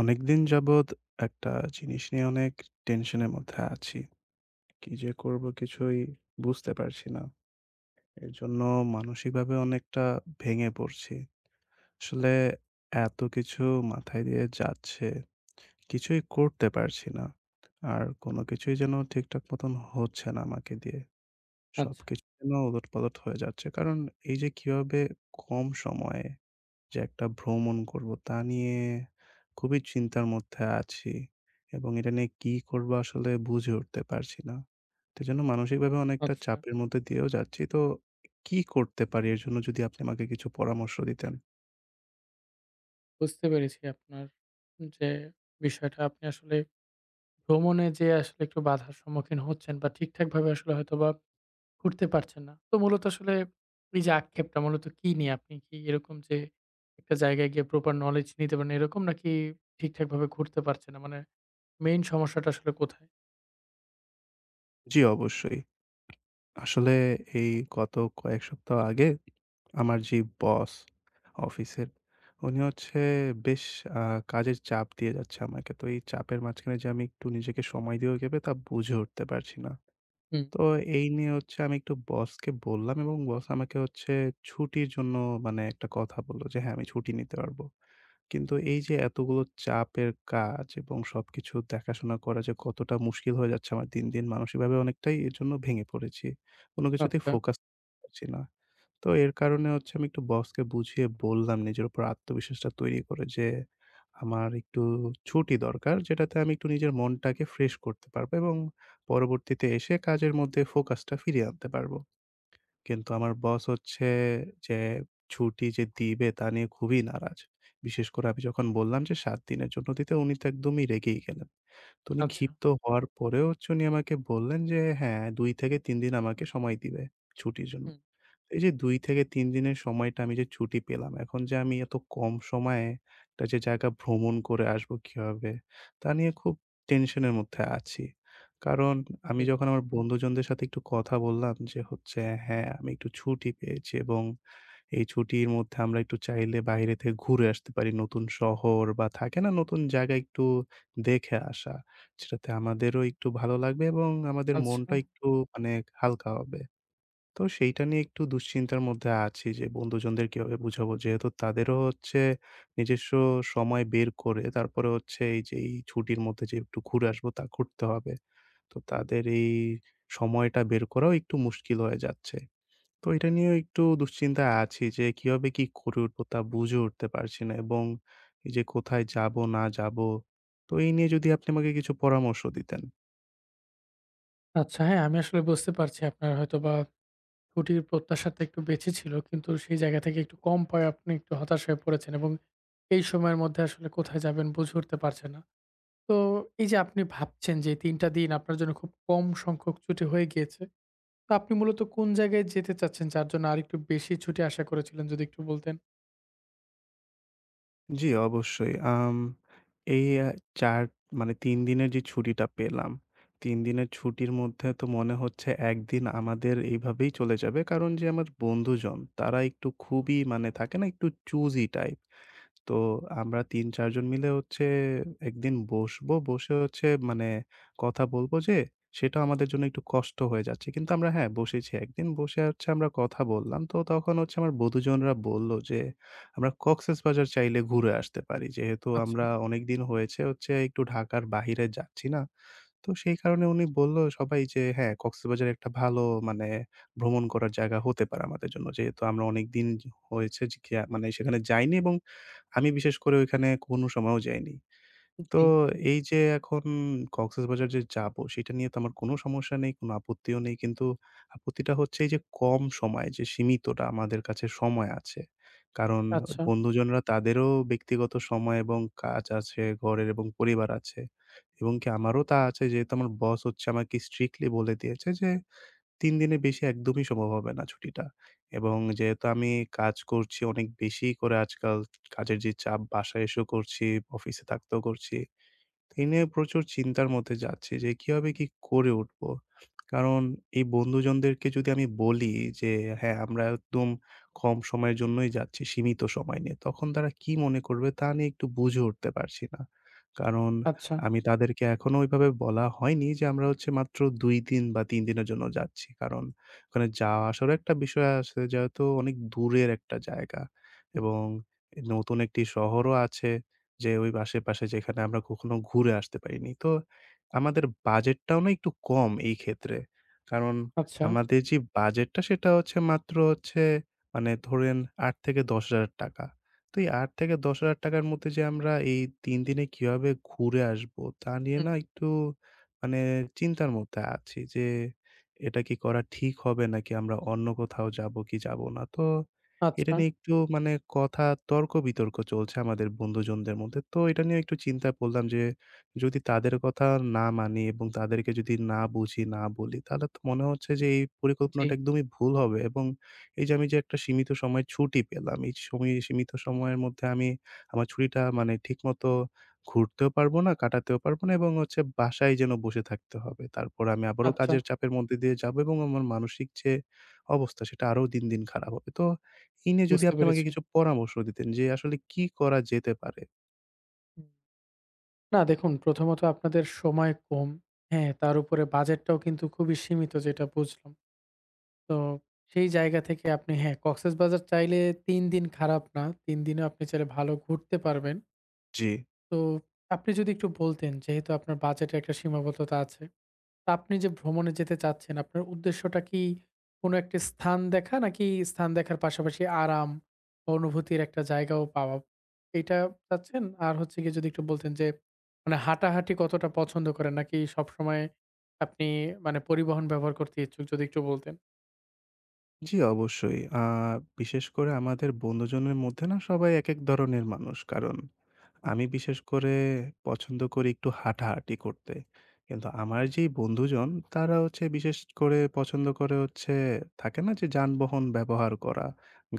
অনেকদিন যাবৎ একটা জিনিস নিয়ে অনেক টেনশনের মধ্যে আছি। কি যে করব কিছুই বুঝতে পারছি না। এর জন্য মানসিকভাবে অনেকটা ভেঙে পড়ছি। আসলে এত কিছু মাথায় দিয়ে যাচ্ছে, কিছুই করতে পারছি না। আর কোনো কিছুই যেন ঠিকঠাক মতন হচ্ছে না আমাকে দিয়ে। আচ্ছা, সবকিছু যেন ওলটপালট হয়ে যাচ্ছে। কারণ এই যে কিভাবে কম সময়ে যে একটা ভ্রমণ করব তা নিয়ে খুবই চিন্তার মধ্যে আছি এবং এটা নিয়ে কি করব আসলে বুঝে উঠতে পারছি না। তো এজন্য মানসিকভাবে অনেকটা আচ্ছা। চাপের মধ্যে দিয়েও যাচ্ছি। তো কি করতে পারি এর জন্য যদি আপনি আমাকে কিছু পরামর্শ দিতেন? বুঝতে পেরেছি আপনার যে বিষয়টা আপনি আসলে ভ্রমণে যেয়ে আসলে একটু বাধার সম্মুখীন হচ্ছেন বা ঠিকঠাকভাবে আসলে হয়তোবা ঘুরতে পারছেন না। তো মূলত আসলে এই যে আক্ষেপটা মূলত কি নিয়ে? আপনি কি এরকম যে একটা জায়গায় গিয়ে প্রপার নলেজ নিতে পারেন এরকম নাকি ঠিকঠাকভাবে ঘুরতে পারছেন না? মানে মেইন সমস্যাটা আসলে কোথায়? জি, অবশ্যই। আসলে এই গত কয়েক সপ্তাহ আগে আমার যে বস অফিসের, উনি হচ্ছে বেশ আ কাজের চাপ দিয়ে যাচ্ছে আমাকে। তো এই চাপের মাঝখানে যে আমি একটু নিজেকে সময় দিয়েও গেবে তা বুঝে উঠতে পারছি না। হুম, তো এই নিয়ে হচ্ছে আমি একটু বসকে বললাম এবং বস আমাকে হচ্ছে ছুটির জন্য মানে একটা কথা বলল যে, "হ্যাঁ, আমি ছুটি নিতে পারবো।" কিন্তু এই যে এতগুলো চাপের কাজ এবং সবকিছু দেখাশোনা করা যে কতটা মুশকিল হয়ে যাচ্ছে আমার দিন, দিন মানসিকভাবে অনেকটাই এর জন্য ভেঙে পড়েছি। কোনো কিছুতেই আচ্ছা, ফোকাস পারছি না। তো এর কারণে হচ্ছে আমি একটু বসকে বুঝিয়ে বললাম নিজের উপর আত্মবিশ্বাসটা তৈরি করে যে আমার একটু ছুটি দরকার যেটাতে আমি একটু নিজের মনটাকে ফ্রেশ করতে পারবো এবং পরবর্তীতে এসে কাজের মধ্যে ফোকাসটা ফিরিয়ে আনতে পারবো। কিন্তু আমার বস হচ্ছে যে ছুটি যে দিবে তা নিয়ে খুবই নারাজ। বিশেষ করে আমি যখন বললাম যে ৭ দিনের জন্য দিতে উনি তো একদমই রেগেই গেলেন। তো উনি আচ্ছা। ক্ষিপ্ত হওয়ার পরেও হচ্ছে উনি আমাকে বললেন যে হ্যাঁ ২ থেকে ৩ দিন আমাকে সময় দিবে ছুটির জন্য। হুম, এই যে ২ থেকে ৩ দিনের সময়টা আমি যে ছুটি পেলাম, এখন যে আমি এত কম সময়ে একটা যে জায়গা ভ্রমণ করে আসবো কিভাবে? তা নিয়ে খুব টেনশনের মধ্যে আছি। কারণ আমি হুম, যখন আমার বন্ধুজনদের সাথে একটু কথা বললাম যে হচ্ছে, "হ্যাঁ, আমি একটু ছুটি পেয়েছি এবং এই ছুটির মধ্যে আমরা একটু চাইলে বাইরে থেকে ঘুরে আসতে পারি। নতুন শহর বা থাকে না নতুন জায়গা একটু দেখে আসা। যেটাতে আমাদেরও একটু ভালো লাগবে এবং আমাদের আচ্ছা, মনটা একটু মানে হালকা হবে।" তো সেইটা নিয়ে একটু দুশ্চিন্তার মধ্যে আছি যে বন্ধুজনদের কিভাবে বুঝাবো? যেহেতু তাদেরও হচ্ছে নিজস্ব সময় বের করে তারপরে হচ্ছে এই যে এই ছুটির মধ্যে যে একটু ঘুরে আসবো তা করতে হবে। তো তাদের এই সময়টা বের করাও একটু মুশকিল হয়ে যাচ্ছে। তো এটা নিয়েও একটু দুশ্চিন্তায় আছি যে কিভাবে কি করে উঠবো তা বুঝে উঠতে পারছি না এবং এই যে কোথায় যাবো না যাবো? তো এই নিয়ে যদি আপনি আমাকে কিছু পরামর্শ দিতেন। আচ্ছা। হ্যাঁ, আমি আসলে বুঝতে পারছি আপনার হয়তোবা ছুটির প্রত্যাশাটা একটু বেশি ছিল। কিন্তু সেই জায়গা থেকে একটু কম পাওয়ায় আপনি একটু হতাশ হয়ে পড়েছেন এবং এই সময়ের মধ্যে আসলে কোথায় যাবেন বুঝে উঠতে পারছেন না। তো এই যে আপনি ভাবছেন যে ৩ টা দিন আপনার জন্য খুব কম সংখ্যক ছুটি হয়ে গিয়েছে। তো আপনি মূলত কোন জায়গায় যেতে চাচ্ছেন যার জন্য আরেকটু বেশি ছুটি আশা করেছিলেন যদি একটু বলতেন? জি, অবশ্যই। আম এই আ ৪ মানে ৩ দিনের যে ছুটিটা পেলাম, ৩ দিনের ছুটির মধ্যে তো মনে হচ্ছে একদিন আমাদের এইভাবেই চলে যাবে। কারণ যে আমার বন্ধুজন তারা একটু খুবই মানে থাকে না একটু চুজি টাইপ। তো আমরা ৩-৪ জন মিলে হচ্ছে একদিন বসবো। বসে হচ্ছে মানে কথা বলব যে, সেটাও আমাদের জন্য একটু কষ্ট হয়ে যাচ্ছে। কিন্তু আমরা হ্যাঁ, বসেছি একদিন বসে হচ্ছে আমরা কথা বললাম। তো তখন হচ্ছে আমার বন্ধুজনরা বলল যে, আমরা কক্সেসবাজার চাইলে ঘুরে আসতে পারি। যেহেতু আচ্ছা, আমরা অনেকদিন হয়েছে হচ্ছে একটু ঢাকার বাহিরে যাচ্ছি না। তো সেই কারণে উনি বলল সবাই যে, "হ্যাঁ, কক্সবাজার একটা ভালো মানে ভ্রমণ করার জায়গা হতে পারে আমাদের জন্য।" যেহেতু আমরা অনেকদিন হয়েছে যে গিয়া মানে সেখানে যাইনি এবং আমি বিশেষ করে ওইখানে কোনো সময়ও যাইনি। তো জি। এই যে এখন কক্সবাজার যে যাবো, সেটা নিয়ে তো আমার কোনো সমস্যা নেই, কোনো আপত্তিও নেই। কিন্তু আপত্তিটা হচ্ছে এই যে কম সময় যে সীমিতটা আমাদের কাছে সময় আছে। কারণ আচ্ছা, বন্ধুজনরা তাদেরও ব্যক্তিগত সময় এবং কাজ আছে, ঘরের এবং পরিবার আছে। এবং কি আমারও তা আছে যেহেতু আমার বস হচ্ছে আমাকে স্ট্রিক্টলি বলে দিয়েছে যে ৩ দিনের বেশি একদমই সম্ভব হবে না ছুটিটা। এবং যেহেতু আমি কাজ করছি অনেক বেশি করে আজকাল, কাজের যে চাপ বাসায় এসেও করছি, অফিসে থাকতেও করছি। এই নিয়ে প্রচুর চিন্তার মধ্যে যাচ্ছি যে কিভাবে কি করে উঠবো? কারণ এই বন্ধুজনদেরকে যদি আমি বলি যে, "হ্যাঁ, আমরা একদম কম সময়ের জন্যই যাচ্ছি, সীমিত সময় নিয়ে।" তখন তারা কি মনে করবে তা নিয়ে একটু বুঝে উঠতে পারছি না। কারণ আচ্ছা, আমি তাদেরকে এখনো ওইভাবে বলা হয়নি যে আমরা হচ্ছে মাত্র ২ দিন বা ৩ দিনের জন্য যাচ্ছি। কারণ ওখানে যাওয়া আসারও একটা বিষয় আছে যেহেতু অনেক দূরের একটা জায়গা হুম, এবং নতুন একটি শহরও আছে। যে ওই আশেপাশে যেখানে আমরা কখনো ঘুরে আসতে পারিনি। তো আমাদের বাজেটটাও না একটু কম এই ক্ষেত্রে। কারণ আচ্ছা, আমাদের যে বাজেটটা সেটা হচ্ছে মাত্র হচ্ছে মানে ধরেন ৳৮,০০০-১০,০০০ তো এই ৳৮,০০০-১০,০০০ র মধ্যে যে আমরা এই ৩ দিনে কিভাবে ঘুরে আসবো তা নিয়ে হুম, না একটু মানে চিন্তার মধ্যে আছি যে এটা কি করা ঠিক হবে নাকি আমরা অন্য কোথাও যাবো কি যাবো না। তো এটা আচ্ছা, নিয়ে একটু মানে কথা তর্ক-বিতর্ক চলছে আমাদের বন্ধুজনদের মধ্যে। তো এটা নিয়ে একটু চিন্তা করলাম যে, যদি তাদের কথা না মানি এবং তাদেরকে যদি না বুঝি, না বলি, তাহলে তো মনে হচ্ছে যে এই জি, পরিকল্পনাটা একদমই ভুল হবে এবং এই যে আমি যে একটা সীমিত সময় ছুটি পেলাম, এই সময় সীমিত সময়ের মধ্যে আমি আমার ছুটিটা মানে ঠিকমতো ঘুরতেও পারবো না, কাটাতেও পারবো না হুম, এবং হচ্ছে বাসায় যেন বসে থাকতে হবে। তারপর আমি আবারও আচ্ছা, কাজের চাপের মধ্যে দিয়ে যাবো এবং আমার মানসিক যে অবস্থা, সেটা আরও দিন, দিন খারাপ হবে। তো এই নিয়ে যদি বুঝতে আপনি আমাকে পেরেছি। কিছু পরামর্শ দিতেন যে আসলে কি করা যেতে পারে? হুম। না দেখুন, প্রথমত আপনাদের সময় কম। হ্যাঁ, তার উপরে বাজেটটাও কিন্তু খুবই সীমিত যেটা বুঝলাম। তো সেই জায়গা থেকে আপনি হ্যাঁ, কক্সেসবাজার চাইলে ৩ দিন খারাপ না। ৩ দিনেও আপনি চাইলে ভালো ঘুরতে পারবেন। জি। তো আপনি যদি একটু বলতেন যেহেতু আপনার বাজেটের একটা সীমাবদ্ধতা আছে। আপনি যে ভ্রমণে যেতে চাচ্ছেন, আপনার উদ্দেশ্যটা কি কোনো একটা স্থান দেখা নাকি স্থান দেখার পাশাপাশি আরাম, বা অনুভূতির একটা জায়গাও পাওয়া? এটা চাচ্ছেন? আর হচ্ছে গিয়ে যদি একটু বলতেন যে মানে হাঁটাহাঁটি কতটা পছন্দ করেন? নাকি সবসময় আপনি মানে পরিবহন ব্যবহার করতে ইচ্ছুক? যদি একটু বলতেন। জি, অবশ্যই। বিশেষ করে আমাদের বন্ধুজনের মধ্যে না সবাই একেক ধরনের মানুষ। কারণ হুম, আমি বিশেষ করে পছন্দ করি একটু হাঁটাহাঁটি করতে। কিন্তু আমার আ যেই বন্ধুজন তারা হচ্ছে বিশেষ করে পছন্দ করে হচ্ছে থাকে না যে যানবাহন ব্যবহার করা,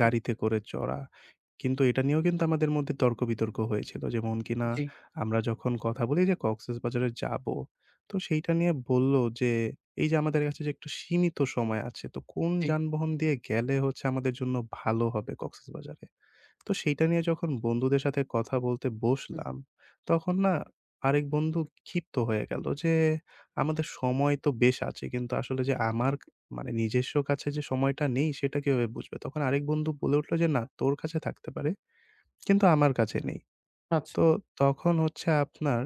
হুম, গাড়িতে করে চড়া। কিন্তু এটা নিয়েও কিন্তু আমাদের মধ্যে তর্ক-বিতর্ক হয়েছিল। যেমন কিনা জি, আমরা যখন কথা বলি যে কক্সবাজারে যাবো, তো সেইটা নিয়ে বলল যে এই যে আমাদের কাছে যে একটু সীমিত সময় আছে, তো কোন জি, যানবাহন দিয়ে গেলে হচ্ছে আমাদের জন্য ভালো হবে কক্সবাজারে? তো সেইটা নিয়ে যখন বন্ধুদের সাথে কথা বলতে হুম, বসলাম, তখন না আরেক বন্ধু ক্ষিপ্ত হয়ে গেল যে, "আমাদের সময় তো বেশ আছে। কিন্তু আসলে যে আমার মানে নিজস্ব কাছে যে সময়টা নেই সেটা কিভাবে বুঝবে?" তখন আরেক বন্ধু বলে উঠল যে, "না, তোর কাছে থাকতে পারে। কিন্তু আমার কাছে নেই।" আচ্ছা। তো তখন হচ্ছে আপনার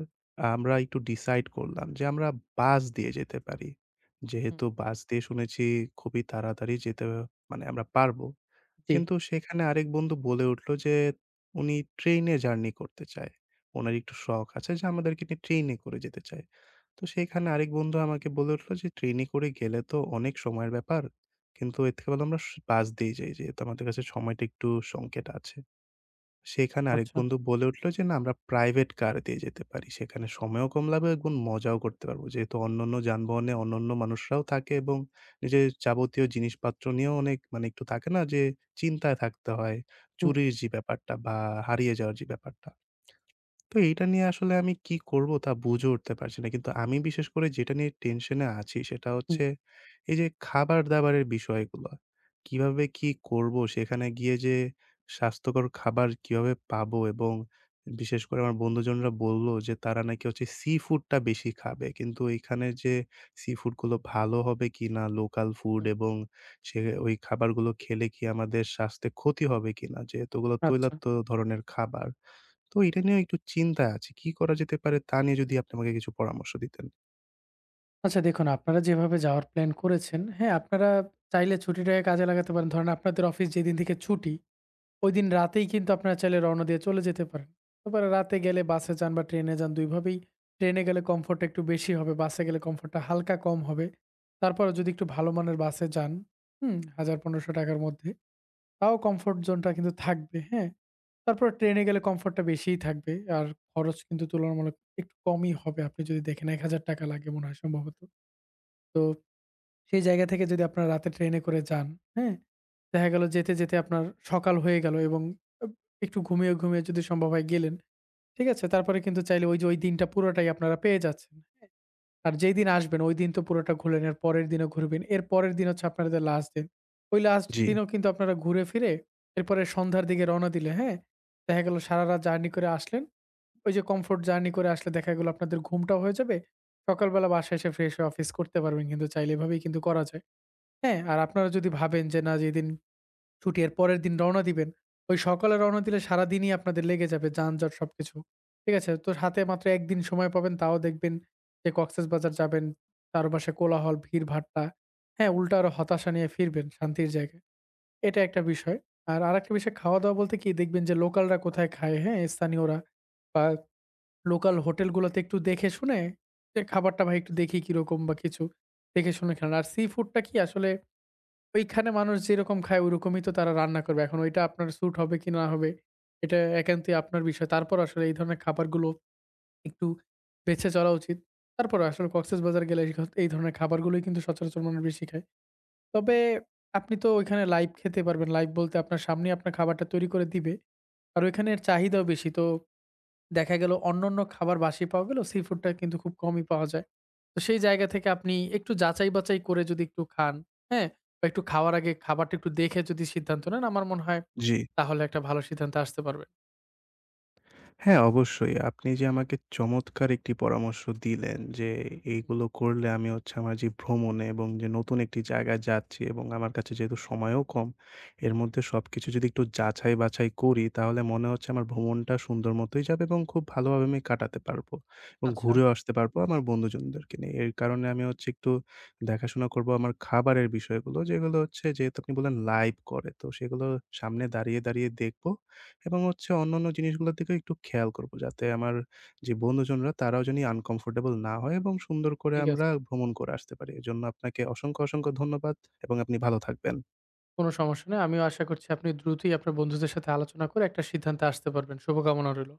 আমরা একটু ডিসাইড করলাম যে আমরা বাস দিয়ে যেতে পারি। হুম, যেহেতু বাস দিয়ে শুনেছি খুবই তাড়াতাড়ি যেতে মানে আমরা পারব। জি। কিন্তু সেখানে আরেক বন্ধু বলে উঠল যে উনি ট্রেইনে জার্নি করতে চায়। উনার একটু শখ আছে যে আমাদেরকে নিয়ে ট্রেইনে করে যেতে চায়। তো সেইখানে আরেক বন্ধু আমাকে বলে উঠল যে ট্রেনে করে গেলে তো অনেক সময়ের ব্যাপার। কিন্তু এর থেকে ভালো আমরা বাস দিয়ে যাই যেহেতু আমাদের কাছে সময়টা একটু সংকেট আছে। সেখানে আরেক আচ্ছা। বন্ধু বলে উঠল যে, "না আমরা প্রাইভেট কার দিয়ে যেতে পারি। সেখানে সময়ও কম লাগবে এবং মজাও করতে পারব।" যেহেতু অন্যান্য যানবাহনে অন্যান্য মানুষরাও থাকে এবং নিজের যাবতীয় জিনিসপত্র নিয়েও অনেক মানে একটু থাকে না যে চিন্তায় থাকতে হয়। হুম, চুরির যে ব্যাপারটা বা হারিয়ে যাওয়ার যে ব্যাপারটা। তো এইটা নিয়ে আসলে আমি কি করব তা বুঝে উঠতে পারছি না। কিন্তু আমি বিশেষ করে যেটা নিয়ে টেনশনে আছি সেটা হুম, হচ্ছে এই যে খাবার-দাবারের বিষয়গুলো। কিভাবে কি করব? সেখানে গিয়ে যে স্বাস্থ্যকর খাবার কিভাবে পাবো? এবং বিশেষ করে আমার বন্ধুজনরা বলল যে তারা নাকি হচ্ছে সি-ফুডটা বেশি খাবে। কিন্তু এইখানে যে সি-ফুডগুলো ভালো হবে কিনা? লোকাল ফুড হুম। এবং সে ওই খাবারগুলো খেলে কি আমাদের স্বাস্থ্যে ক্ষতি হবে কিনা? যেহেতু ওগুলো আচ্ছা। তৈলাক্ত ধরনের খাবার। তো এটা নিয়েও একটু চিন্তায় আছি। কি করা যেতে পারে তা নিয়ে যদি আপনি আমাকে কিছু পরামর্শ দিতেন। আচ্ছা দেখুন, আপনারা যেভাবে যাওয়ার প্ল্যান করেছেন, হ্যাঁ, আপনারা চাইলে ছুটিটাকে কাজে লাগাতে পারেন। ধরেন আপনাদের অফিস যেদিন থেকে ছুটি, ঐদিন রাতেই কিন্তু আপনারা চাইলে রওনা দিয়ে চলে যেতে পারেন। তারপরে রাতে গেলে বাসে যান বা ট্রেনে যান, ২ ভাবেই ট্রেনে গেলে কমফোর্টটা একটু বেশি হবে, বাসে গেলে কমফোর্টটা হালকা কম হবে। তারপরেও যদি একটু ভালো মানের বাসে যান, হুম, ১,০০০-১,৫০০ টাকার মধ্যে, তাও কমফোর্ট জোনটা কিন্তু থাকবে, হ্যাঁ? তারপরে ট্রেনে গেলে কমফোর্টটা বেশিই থাকবে। আর খরচ কিন্তু তুলনামূলক একটু কমই হবে। আপনি যদি দেখেন ৳১,০০০ লাগে মনে হয় সম্ভবত। তো সেই জায়গা থেকে যদি আপনার রাতে ট্রেনে করে যান, হ্যাঁ? দেখা গেল যেতে, যেতে আপনার সকাল হয়ে গেল এবং আব একটু ঘুমিয়ে, ঘুমিয়ে যদি সম্ভব হয় গেলেন। ঠিক আছে? তারপরে কিন্তু চাইলে ওই যে ওই দিনটা পুরোটাই আপনারা পেয়ে যাচ্ছেন। হ্যাঁ? আর যেই দিন আসবেন ওই দিন তো পুরোটা ঘুরলেন, এর পরের দিনও ঘুরবেন। এর পরের দিন হচ্ছে আপনাদের লাস্ট দিন। ওই লাস্ট জি, দিনেও কিন্তু আপনারা ঘুরে ফিরে এরপরে সন্ধ্যার দিকে রওনা দিলে, হ্যাঁ? দেখা গেল সারারাত জার্নি করে আসলেন। ওই যে কমফোর্ট জার্নি করে আসলে দেখা গেল আপনাদের ঘুমটাও হয়ে যাবে। সকালবেলা বাসায় এসে ফ্রেশ হয়ে অফিস করতে পারবেন কিন্তু চাইলে এভাবেই কিন্তু করা যায়। হ্যাঁ, আর আপনারা যদি ভাবেন যে না যেদিন ছুটি এর পরের দিন রওনা দিবেন, ওই সকালে রওনা দিলে সারাদিনই আপনাদের লেগে যাবে যানজট সবকিছু। ঠিক আছে? তো হাতে মাত্র ১ দিন সময় পাবেন তাও দেখবেন যে কক্সেসবাজার যাবেন, চারপাশে কোলাহল, ভিড়ভাট্টা। হ্যাঁ, উল্টা আরো হতাশা নিয়ে ফিরবেন শান্তির জায়গায়। এটা একটা বিষয়। আর আরেকটা বিষয় খাওয়া-দাওয়া বলতে কি দেখবেন যে লোকালরা কোথায় খায়, হ্যাঁ? স্থানীয়রা বা লোকাল হোটেলগুলোতে একটু দেখে শুনে যে খাবারটা ভাই একটু দেখি কিরকম বা কিছু দেখে শুনে খান। আর সি ফুডটা কি আসলে ওইখানে মানুষ যেরকম খায় ওরকমই তো তারা রান্না করবে। এখন ওইটা আপনার স্যুট হবে কি না হবে, এটা একান্তই আপনার বিষয়। তারপর আসলে এই ধরনের খাবারগুলো একটু বেছে চলা উচিত। তারপর আসলে কক্সবাজার গেলে এই ধরনের খাবারগুলোই কিন্তু সচরাচর মানুষ বেশি খায়। তবে আপনি তো ওইখানে লাইভ খেতে পারবেন। লাইভ বলতে আপনার সামনেই আপনার খাবারটা তৈরি করে দিবে। আর ওইখানের চাহিদাও বেশি। তো দেখা গেল অন্যান্য খাবার বাসি পাওয়া গেল, সি ফুডটা কিন্তু খুব কমই পাওয়া যায়। তো সেই জায়গা থেকে আপনি একটু যাচাই বাচাই করে যদি একটু খান, হ্যাঁ? বা একটু খাওয়ার আগে খাবারটা একটু দেখে যদি সিদ্ধান্ত নেন, আমার মনে হয় জি। তাহলে একটা ভালো সিদ্ধান্তে আসতে পারবেন। হ্যাঁ, অবশ্যই। আপনি যে আমাকে চমৎকার একটি পরামর্শ দিলেন যে, এইগুলো করলে আমি হচ্ছে আমার যে ভ্রমণে এবং যে নতুন একটি জায়গায় যাচ্ছি এবং আমার কাছে যেহেতু সময়ও কম, এর মধ্যে সবকিছু যদি একটু যাচাই-বাছাই করি, তাহলে মনে হচ্ছে আমার ভ্রমণটা সুন্দর মতোই যাবে এবং খুব ভালোভাবে আমি কাটাতে পারবো এবং আচ্ছা। ঘুরেও আসতে পারবো আমার বন্ধুজনদেরকে নিয়ে। এর কারণে আমি হচ্ছে একটু দেখাশোনা করবো আমার খাবারের বিষয়গুলো, যেগুলো হচ্ছে যেহেতু আপনি বললেন লাইভ করে, তো সেগুলো সামনে দাঁড়িয়ে, দাঁড়িয়ে দেখবো। এবং হচ্ছে অন্যান্য জিনিসগুলোর দিকেও একটু খেয়াল করব। যাতে আমার যে বন্ধুজনরা তারাও জানি আনকমফোর্টেবল না হয় এবং সুন্দর করে ঠিক আছে। আমরা ভ্রমণ করে আসতে পারি। এজন্য আপনাকে অসংখ্য, অসংখ্য ধন্যবাদ এবং আপনি ভালো থাকবেন। কোনো সমস্যা নেই। আমিও আশা করছি আপনি দ্রুতই আপনার বন্ধুদের সাথে আলোচনা করে একটা সিদ্ধান্তে আসতে পারবেন। শুভকামনা রইল।